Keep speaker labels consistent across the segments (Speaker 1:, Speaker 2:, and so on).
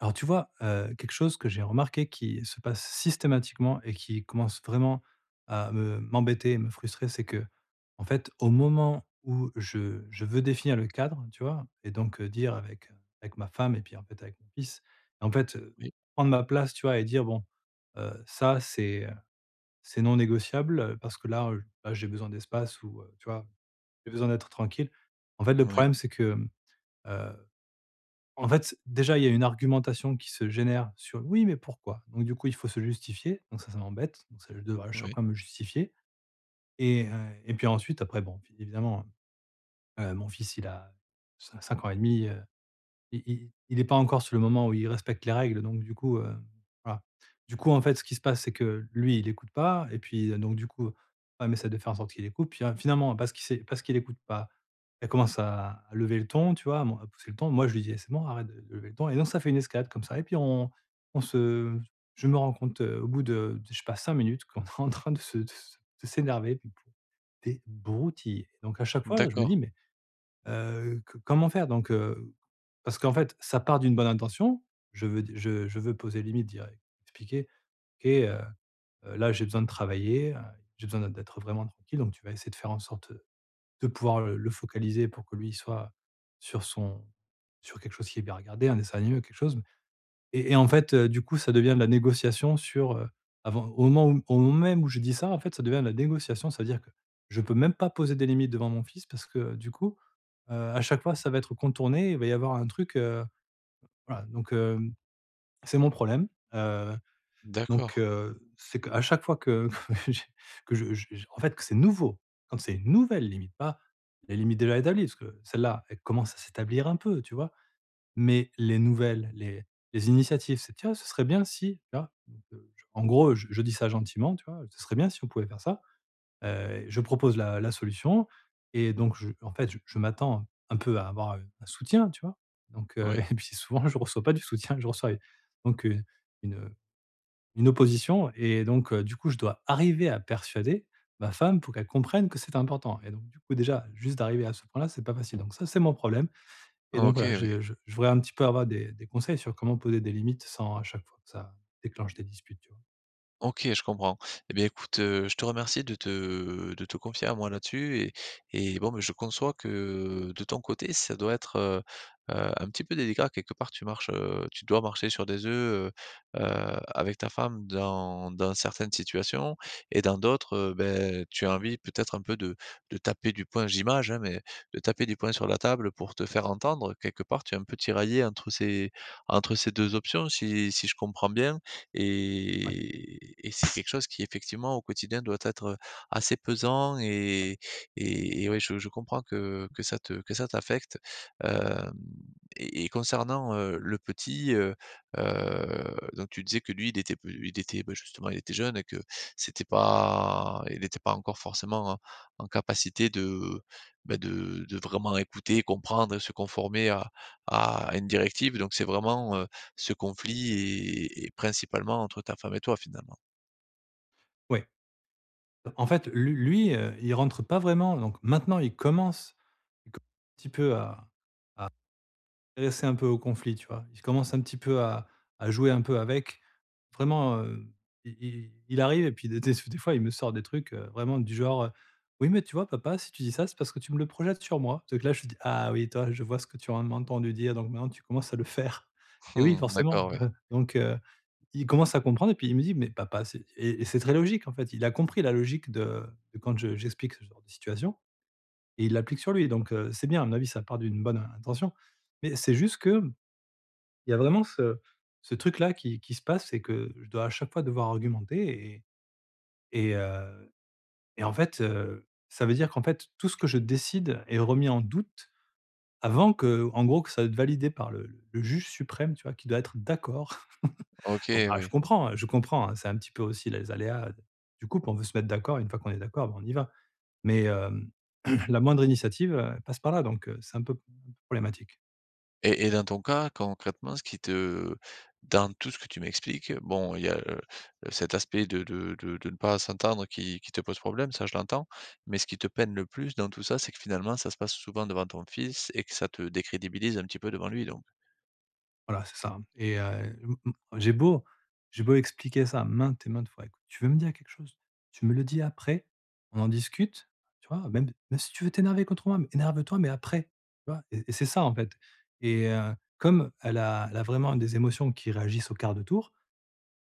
Speaker 1: Alors tu vois, quelque chose que j'ai remarqué qui se passe systématiquement et qui commence vraiment à me m'embêter et me frustrer, c'est que en fait, au moment où je veux définir le cadre, tu vois? Et donc, dire avec ma femme et puis en fait avec mon fils, en fait,
Speaker 2: Oui,
Speaker 1: prendre ma place, tu vois? Et dire: «Bon, ça c'est non négociable, parce que là j'ai besoin d'espace» ou, tu vois? «J'ai besoin d'être tranquille». En fait, le
Speaker 2: oui,
Speaker 1: problème c'est que, en fait, déjà, il y a une argumentation qui se génère sur: «Oui, mais pourquoi?» Donc du coup, il faut se justifier, donc ça m'embête, donc ça, je devrais à chaque
Speaker 2: oui.
Speaker 1: fois me justifier et heu et puis ensuite après bon, évidemment, mon fils, il a 5 ans et demi, il est pas encore sur le moment où il respecte les règles, donc du coup, voilà. Du coup, en fait, ce qui se passe, c'est que lui, il écoute pas et puis, donc du coup, femme essaie de faire en sorte qu'il écoute. Puis, finalement, parce qu'il écoute pas, elle commence à lever le ton, tu vois? À pousser le ton. Moi, je lui dis: «Eh, c'est bon, arrête de lever le ton», et donc ça fait une escalade comme ça et puis on se je me rends compte, au bout de je sais pas 5 minutes qu'on est en train de s'énerver, puis pour des broutilles. Donc à chaque fois, je me
Speaker 2: D'accord,
Speaker 1: dis: «Mais.» C comment faire? Donc parce qu'en fait, ça part d'une bonne intention. Je veux poser limite, dire expliquer: «OK, là, j'ai besoin de travailler, j'ai besoin d'être vraiment tranquille, donc tu vas essayer de faire en sorte de pouvoir le focaliser pour que lui, il soit sur son sur quelque chose qui est bien, regardé un dessin animé, quelque chose». Et en fait, du coup, ça devient de la négociation sur, avant au moment où au moment même où je dis ça, en fait, ça devient de la négociation. C'est-à-dire que je peux même pas poser des limites devant mon fils parce que, du coup, à chaque fois, ça va être contourné. Il va y avoir un truc, voilà, donc c'est mon problème, heu,
Speaker 2: d'accord,
Speaker 1: donc c'est qu'à chaque fois que que j'ai que je en fait, que c'est nouveau, quand c'est une nouvelle limite, pas les limites déjà établies, parce que celle-là, elle commence à s'établir un peu, tu vois? Mais les nouvelles, les initiatives, c'est: «Tiens, ce serait bien si», tu vois? Donc je en gros, je dis ça gentiment, tu vois? «Ce serait bien si on pouvait faire ça». Je propose la solution, et donc je en fait, je m'attends un peu à avoir un soutien, tu vois? Donc
Speaker 2: oui.
Speaker 1: et puis souvent, je reçois pas du soutien, je reçois donc une, une opposition, et donc du coup, je dois arriver à persuader ma femme pour qu'elle comprenne que c'est important, et donc du coup, déjà, juste d'arriver à ce point-là, c'est pas facile. Donc ça, c'est mon problème, et donc
Speaker 2: OK,
Speaker 1: voilà,
Speaker 2: oui.
Speaker 1: je voudrais un petit peu avoir des conseils sur comment poser des limites sans à chaque fois que ça déclenche des disputes, tu vois?
Speaker 2: OK, je comprends. Eh bien, écoute, je te remercie de te confier à moi là-dessus et bon, mais je conçois que de ton côté, ça doit être, un petit peu délicat. Quelque part, tu dois marcher sur des œufs, avec ta femme dans certaines situations et dans d'autres, beh, tu as envie peut-être un peu de taper du poing, j'image, hein, mais de taper du poing sur la table pour te faire entendre. Quelque part, tu es un peu tiraillé entre ces 2 options si je comprends bien
Speaker 1: Ouais,
Speaker 2: et c'est quelque chose qui effectivement au quotidien doit être assez pesant et ouais, je comprends que ça te que ça t'affecte. Hem et concernant, le petit, donc tu disais que lui, il était peu il était, bah, justement, il était jeune et que c'était pas il n'était pas encore forcément en en capacité de, bah, de vraiment écouter, comprendre et se conformer à une directive. Donc c'est vraiment, ce conflit est principalement entre ta femme et toi, finalement?
Speaker 1: ouais. En fait, lu lui, il rentre pas vraiment. Donc maintenant il commence un petit peu à à intéressé un peu au conflit, tu vois? Il commence un petit peu à jouer un peu avec. Vraiment, i i il arrive et puis des fois, il me sort des trucs, vraiment du genre, «Oui, mais tu vois papa, si tu dis ça, c'est parce que tu me le projettes sur moi». Donc là, je dis: «Ah oui, toi, je vois ce que tu en m'as entendu dire, donc maintenant tu commences à le faire». Et oui,
Speaker 2: Mmh,
Speaker 1: forcément,
Speaker 2: d'accord, oui.
Speaker 1: donc il commence à comprendre et puis il me dit: «Mais papa, c'est». Et c'est très logique, en fait. Il a compris la logique de quand je j'explique ce genre de situation et il l'applique sur lui. Donc c'est bien, à mon avis, ça part d'une bonne intention. Mais c'est juste que il y a vraiment ce truc-là qui se passe, c'est que je dois à chaque fois devoir argumenter, et heu et en fait, ça veut dire qu'en fait, tout ce que je décide est remis en doute avant que, en gros, que ça soit validé par le juge suprême, tu vois? Qui doit être d'accord.
Speaker 2: OK,
Speaker 1: Bon, bah,
Speaker 2: oui.
Speaker 1: je comprends, hein, c'est un petit peu aussi les aléas du couple. On veut se mettre d'accord, une fois qu'on est d'accord, bah, on y va. Mais, la moindre initiative, passe par là, donc, c'est un peu problématique.
Speaker 2: Et dans ton cas, concrètement, ce qui te dans tout ce que tu m'expliques, bon, il y a, cet aspect de ne pas s'entendre qui te pose problème, ça je l'entends, mais ce qui te peine le plus dans tout ça, c'est que finalement, ça se passe souvent devant ton fils et que ça te décrédibilise un petit peu devant lui, donc?
Speaker 1: Voilà, c'est ça, et m m j'ai beau expliquer ça maintes et maintes fois: «Écoute, tu veux me dire quelque chose? Tu me le dis après, on en discute», tu vois? Même si tu veux t'énerver contre moi, mais énerve-toi, mais après, tu vois? Et c'est ça, en fait, et comme elle a vraiment des émotions qui réagissent au quart de tour,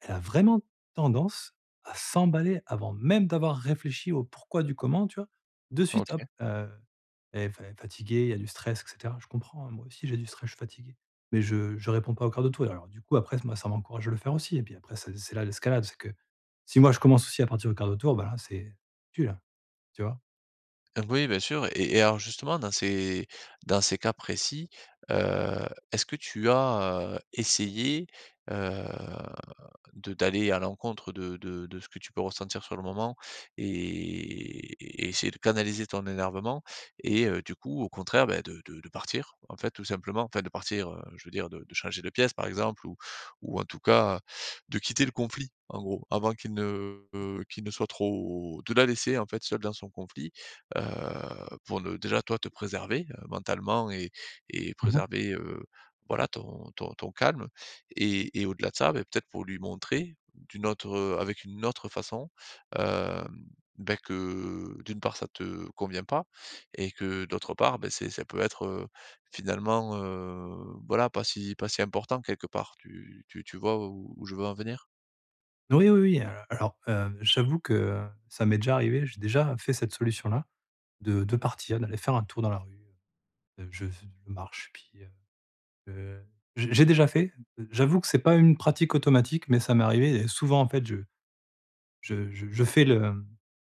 Speaker 1: elle a vraiment tendance à s'emballer avant même d'avoir réfléchi au pourquoi du comment, tu vois? De suite, hop,
Speaker 2: OK.
Speaker 1: elle est fa fatiguée, il y a du stress et cetera. Je comprends, hein, moi aussi j'ai du stress, je suis fatigué. Mais je réponds pas au quart de tour. Alors du coup, après, moi, ça m'encourage à le faire aussi, et puis après c'est là l'escalade, c'est que si moi je commence aussi à partir au quart de tour, bah, là, c'est tu là, tu vois?
Speaker 2: Oui, bien sûr. Et alors justement dans ces cas précis, est-ce que tu as, essayé, heu de d'aller à l'encontre de ce que tu peux ressentir sur le moment et et essayer de canaliser ton énervement et du coup, au contraire, ben de partir, en fait, tout simplement. Enfin de partir, je veux dire de changer de pièce, par exemple, ou en tout cas, de quitter le conflit, en gros, avant qu'il ne soit trop, de la laisser, en fait, seule dans son conflit, heu, pour ne déjà, toi, te préserver, mentalement et
Speaker 1: Mmh.
Speaker 2: préserver, voilà, ton calme et au-delà de ça, ben peut-être pour lui montrer d'une autre, avec une autre façon, hem, beh, que d'une part ça te convient pas et que d'autre part, ben c'est ça peut être, finalement, voilà, pas si pas si important quelque part. Tu vois où où je veux en venir?
Speaker 1: Oui, oui, oui, alors, j'avoue que ça m'est déjà arrivé, j'ai déjà fait cette solution-là de partir, d'aller faire un tour dans la rue, je marche puis, Heu, j'ai déjà fait. J'avoue que c'est pas une pratique automatique, mais ça m'est arrivé, et souvent, en fait, je fais le,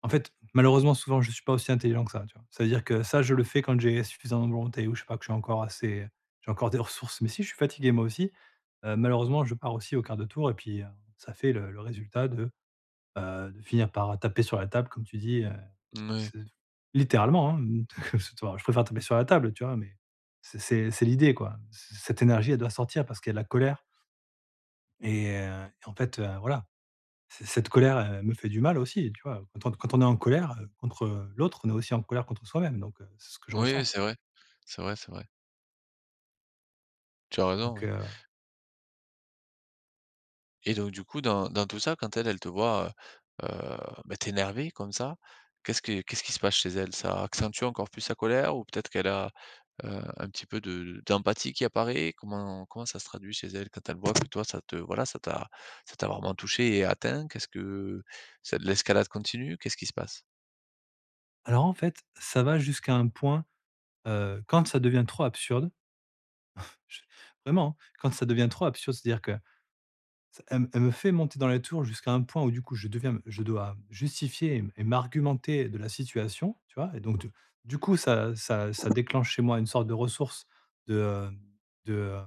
Speaker 1: en fait, malheureusement, souvent, je suis pas aussi intelligent que ça, tu vois? C'est-à-dire que ça, je le fais quand j'ai suffisamment de volonté ou je sais pas, que je suis encore assez, j'ai encore des ressources, mais si je suis fatigué moi aussi, malheureusement, je pars aussi au quart de tour et puis, ça fait le résultat de finir par taper sur la table comme tu dis,
Speaker 2: Mouais.
Speaker 1: c'est littéralement, hein, je préfère taper sur la table, tu vois? Mais c'est l'idée, quoi. C Cette énergie, elle doit sortir parce qu'il y a de la colère, et en fait, voilà, c cette colère, elle me fait du mal aussi, tu vois? Quand on est en colère, contre, l'autre, on est aussi en colère contre soi-même, donc c'est ce que je
Speaker 2: Oui, oui,
Speaker 1: ressens,
Speaker 2: c'est vrai. C'est vrai, c'est vrai. Tu as raison,
Speaker 1: donc
Speaker 2: oui. Et donc du coup, dans dans tout ça, quand elle, elle te voit, heu heu, bah, t'énervé comme ça, qu'est-ce que qu'est-ce qui se passe chez elle? Ça accentue encore plus sa colère ou peut-être qu'elle a un petit peu de d'empathie qui apparaît? Comment comment ça se traduit chez elle quand elle voit que toi ça te voilà, ça t'a vraiment touché et atteint? Qu'est-ce que c'est de l'escalade continue? Qu'est-ce qui se passe?
Speaker 1: alors en fait, ça va jusqu'à un point, quand ça devient trop absurde, je vraiment, hein, quand ça devient trop absurde, c'est-à-dire que ça, elle me fait monter dans la tour jusqu'à un point où du coup je deviens, je dois justifier et m'argumenter de la situation, tu vois? Et donc du coup ça déclenche chez moi une sorte de ressource de, heu, de, heu,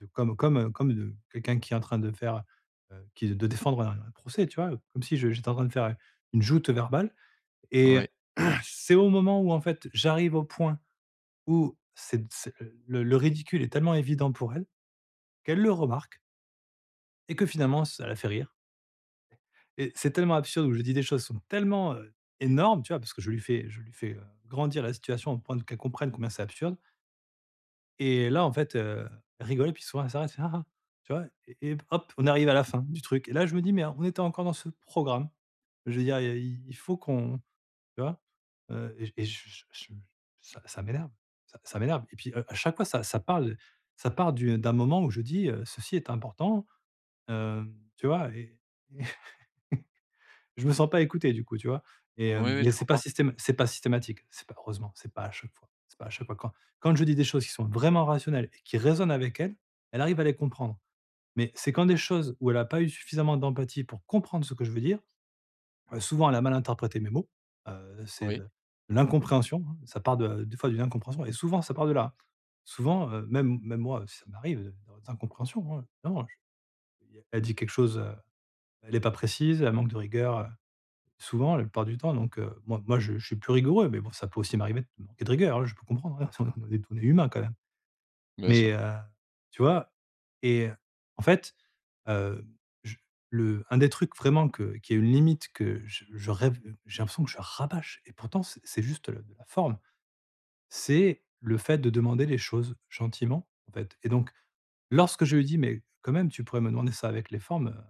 Speaker 1: de comme de quelqu'un qui est en train de faire, qui de défendre un procès, tu vois? Comme si je j'étais en train de faire, une joute verbale. Et
Speaker 2: Oui.
Speaker 1: c'est au moment où en fait j'arrive au point où c'est le ridicule est tellement évident pour elle, qu'elle le remarque et que finalement ça la fait rire. Et c'est tellement absurde, où je dis des choses qui sont tellement, énormes, tu vois? Parce que je lui fais, grandir la situation au point qu'elle comprenne combien c'est absurde. Et là, en fait, elle rigolait puis souvent elle s'arrête, elle fait: «Ah ah», tu vois? Et hop, on arrive à la fin du truc et là, je me dis: «Mais on était encore dans ce programme». Je veux dire, il faut qu'on, tu vois? Et ça m'énerve, ça m'énerve et puis, à chaque fois, ça part du d'un moment où je dis, «Ceci est important», heu, tu vois? Et je me sens pas écouté du coup, tu vois? Et
Speaker 2: Oui,
Speaker 1: hem,
Speaker 2: oui,
Speaker 1: mais Mmh.
Speaker 2: je comprends.
Speaker 1: C'est pas systématique. C'est pas heureusement, c'est pas à chaque fois. C'est pas à chaque fois. Quand je dis des choses qui sont vraiment rationnelles et qui résonnent avec elle, elle arrive à les comprendre. Mais c'est quand des choses où elle a pas eu suffisamment d'empathie pour comprendre ce que je veux dire. Souvent elle a mal interprété mes mots. C'est
Speaker 2: Oui,
Speaker 1: de l'incompréhension, hein. Ça part de des fois d'une incompréhension et souvent ça part de là. Souvent, même moi, si ça m'arrive, d'incompréhension, hein. Évidemment, je elle dit quelque chose, elle est pas précise, elle manque de rigueur. Souvent, la plupart du temps, donc moi je suis plus rigoureux, mais bon, ça peut aussi m'arriver de manquer de rigueur, hein, je peux comprendre, hein, on est humain quand même.
Speaker 2: bien sûr.
Speaker 1: Mais tu vois? Et en fait, heu, je le un des trucs vraiment que qui est une limite que je rêve j'ai l'impression que je rabâche et pourtant c'est juste le de la forme. C'est le fait de demander les choses gentiment, en fait. Et donc lorsque je lui dis: «Mais quand même, tu pourrais me demander ça avec les formes,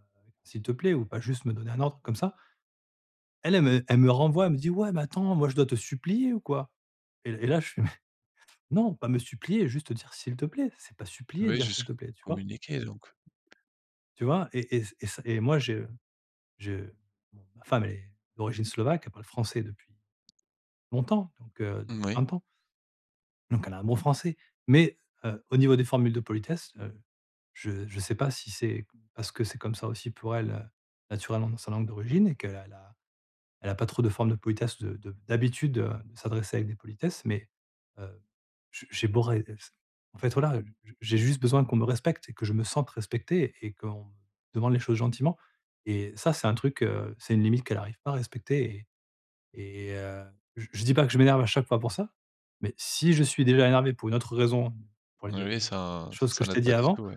Speaker 1: s'il te plaît, ou pas juste me donner un ordre comme ça». Elle, elle me renvoie, elle me dit: «Ouais, mais attends, moi je dois te supplier ou quoi?» Et là je fais: «Mais non, pas me supplier, juste dire "s'il te plaît", c'est pas supplier,
Speaker 2: Oui,
Speaker 1: dire "s'il
Speaker 2: juste
Speaker 1: te plaît", tu vois?»
Speaker 2: communiquer donc.
Speaker 1: Tu vois? Et ça et moi j'ai, bon, ma femme elle est d'origine slovaque, elle parle français depuis longtemps, donc depuis 20 ans, donc elle a un bon français. Mais au niveau des formules de politesse, je ne sais pas si c'est parce que c'est comme ça aussi pour elle, naturellement dans sa langue d'origine et qu'elle a elle a pas trop de forme de politesse de d'habitude, de s'adresser avec des politesses, mais, heu, j j'ai beau ré en fait, voilà, j'ai juste besoin qu'on me respecte et que je me sente respecté et qu'on me demande les choses gentiment, et ça, c'est un truc, c'est une limite qu'elle n'arrive pas à respecter. Et heu, je dis pas que je m'énerve à chaque fois pour ça, mais si je suis déjà énervé pour une autre raison, pour
Speaker 2: Oui, oui,
Speaker 1: les
Speaker 2: ça
Speaker 1: choses que
Speaker 2: ça
Speaker 1: je t'ai
Speaker 2: n'aide
Speaker 1: dit
Speaker 2: pas du
Speaker 1: avant,
Speaker 2: tout, ouais.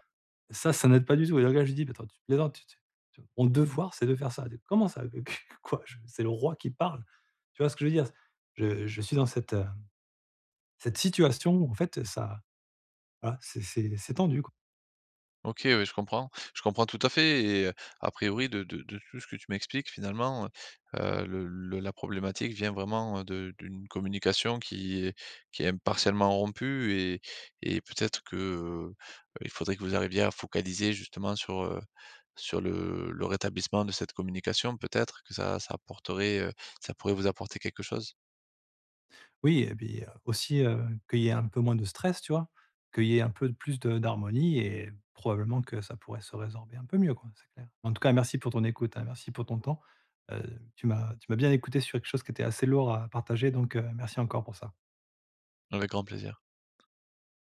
Speaker 1: ça n'aide pas du tout et le gars je lui dis: «Mais attends, tu plaisantes, tu tu tu mon devoir, c'est de faire ça». Comment ça? Q q quoi? Je c'est le roi qui parle». Tu vois ce que je veux dire? Je suis dans cette, cette situation où en fait, ça voilà, c'est c'est tendu quoi.
Speaker 2: OK, oui, je comprends. Je comprends tout à fait. Et a priori de tout ce que tu m'expliques finalement, le la problématique vient vraiment, de d'une communication qui est partiellement rompue et peut-être que, il faudrait que vous arriviez à focaliser justement sur, sur le rétablissement de cette communication. Peut-être que ça ça apporterait, ça pourrait vous apporter quelque chose?
Speaker 1: Oui et puis, aussi, qu'il y ait un peu moins de stress, tu vois? Qu'il y ait un peu de plus de d'harmonie et probablement que ça pourrait se résorber un peu mieux quoi, c'est clair. En tout cas, merci pour ton écoute, hein, merci pour ton temps. Heu, Tu m'as bien écouté sur quelque chose qui était assez lourd à partager donc, merci encore pour ça.
Speaker 2: Avec grand plaisir.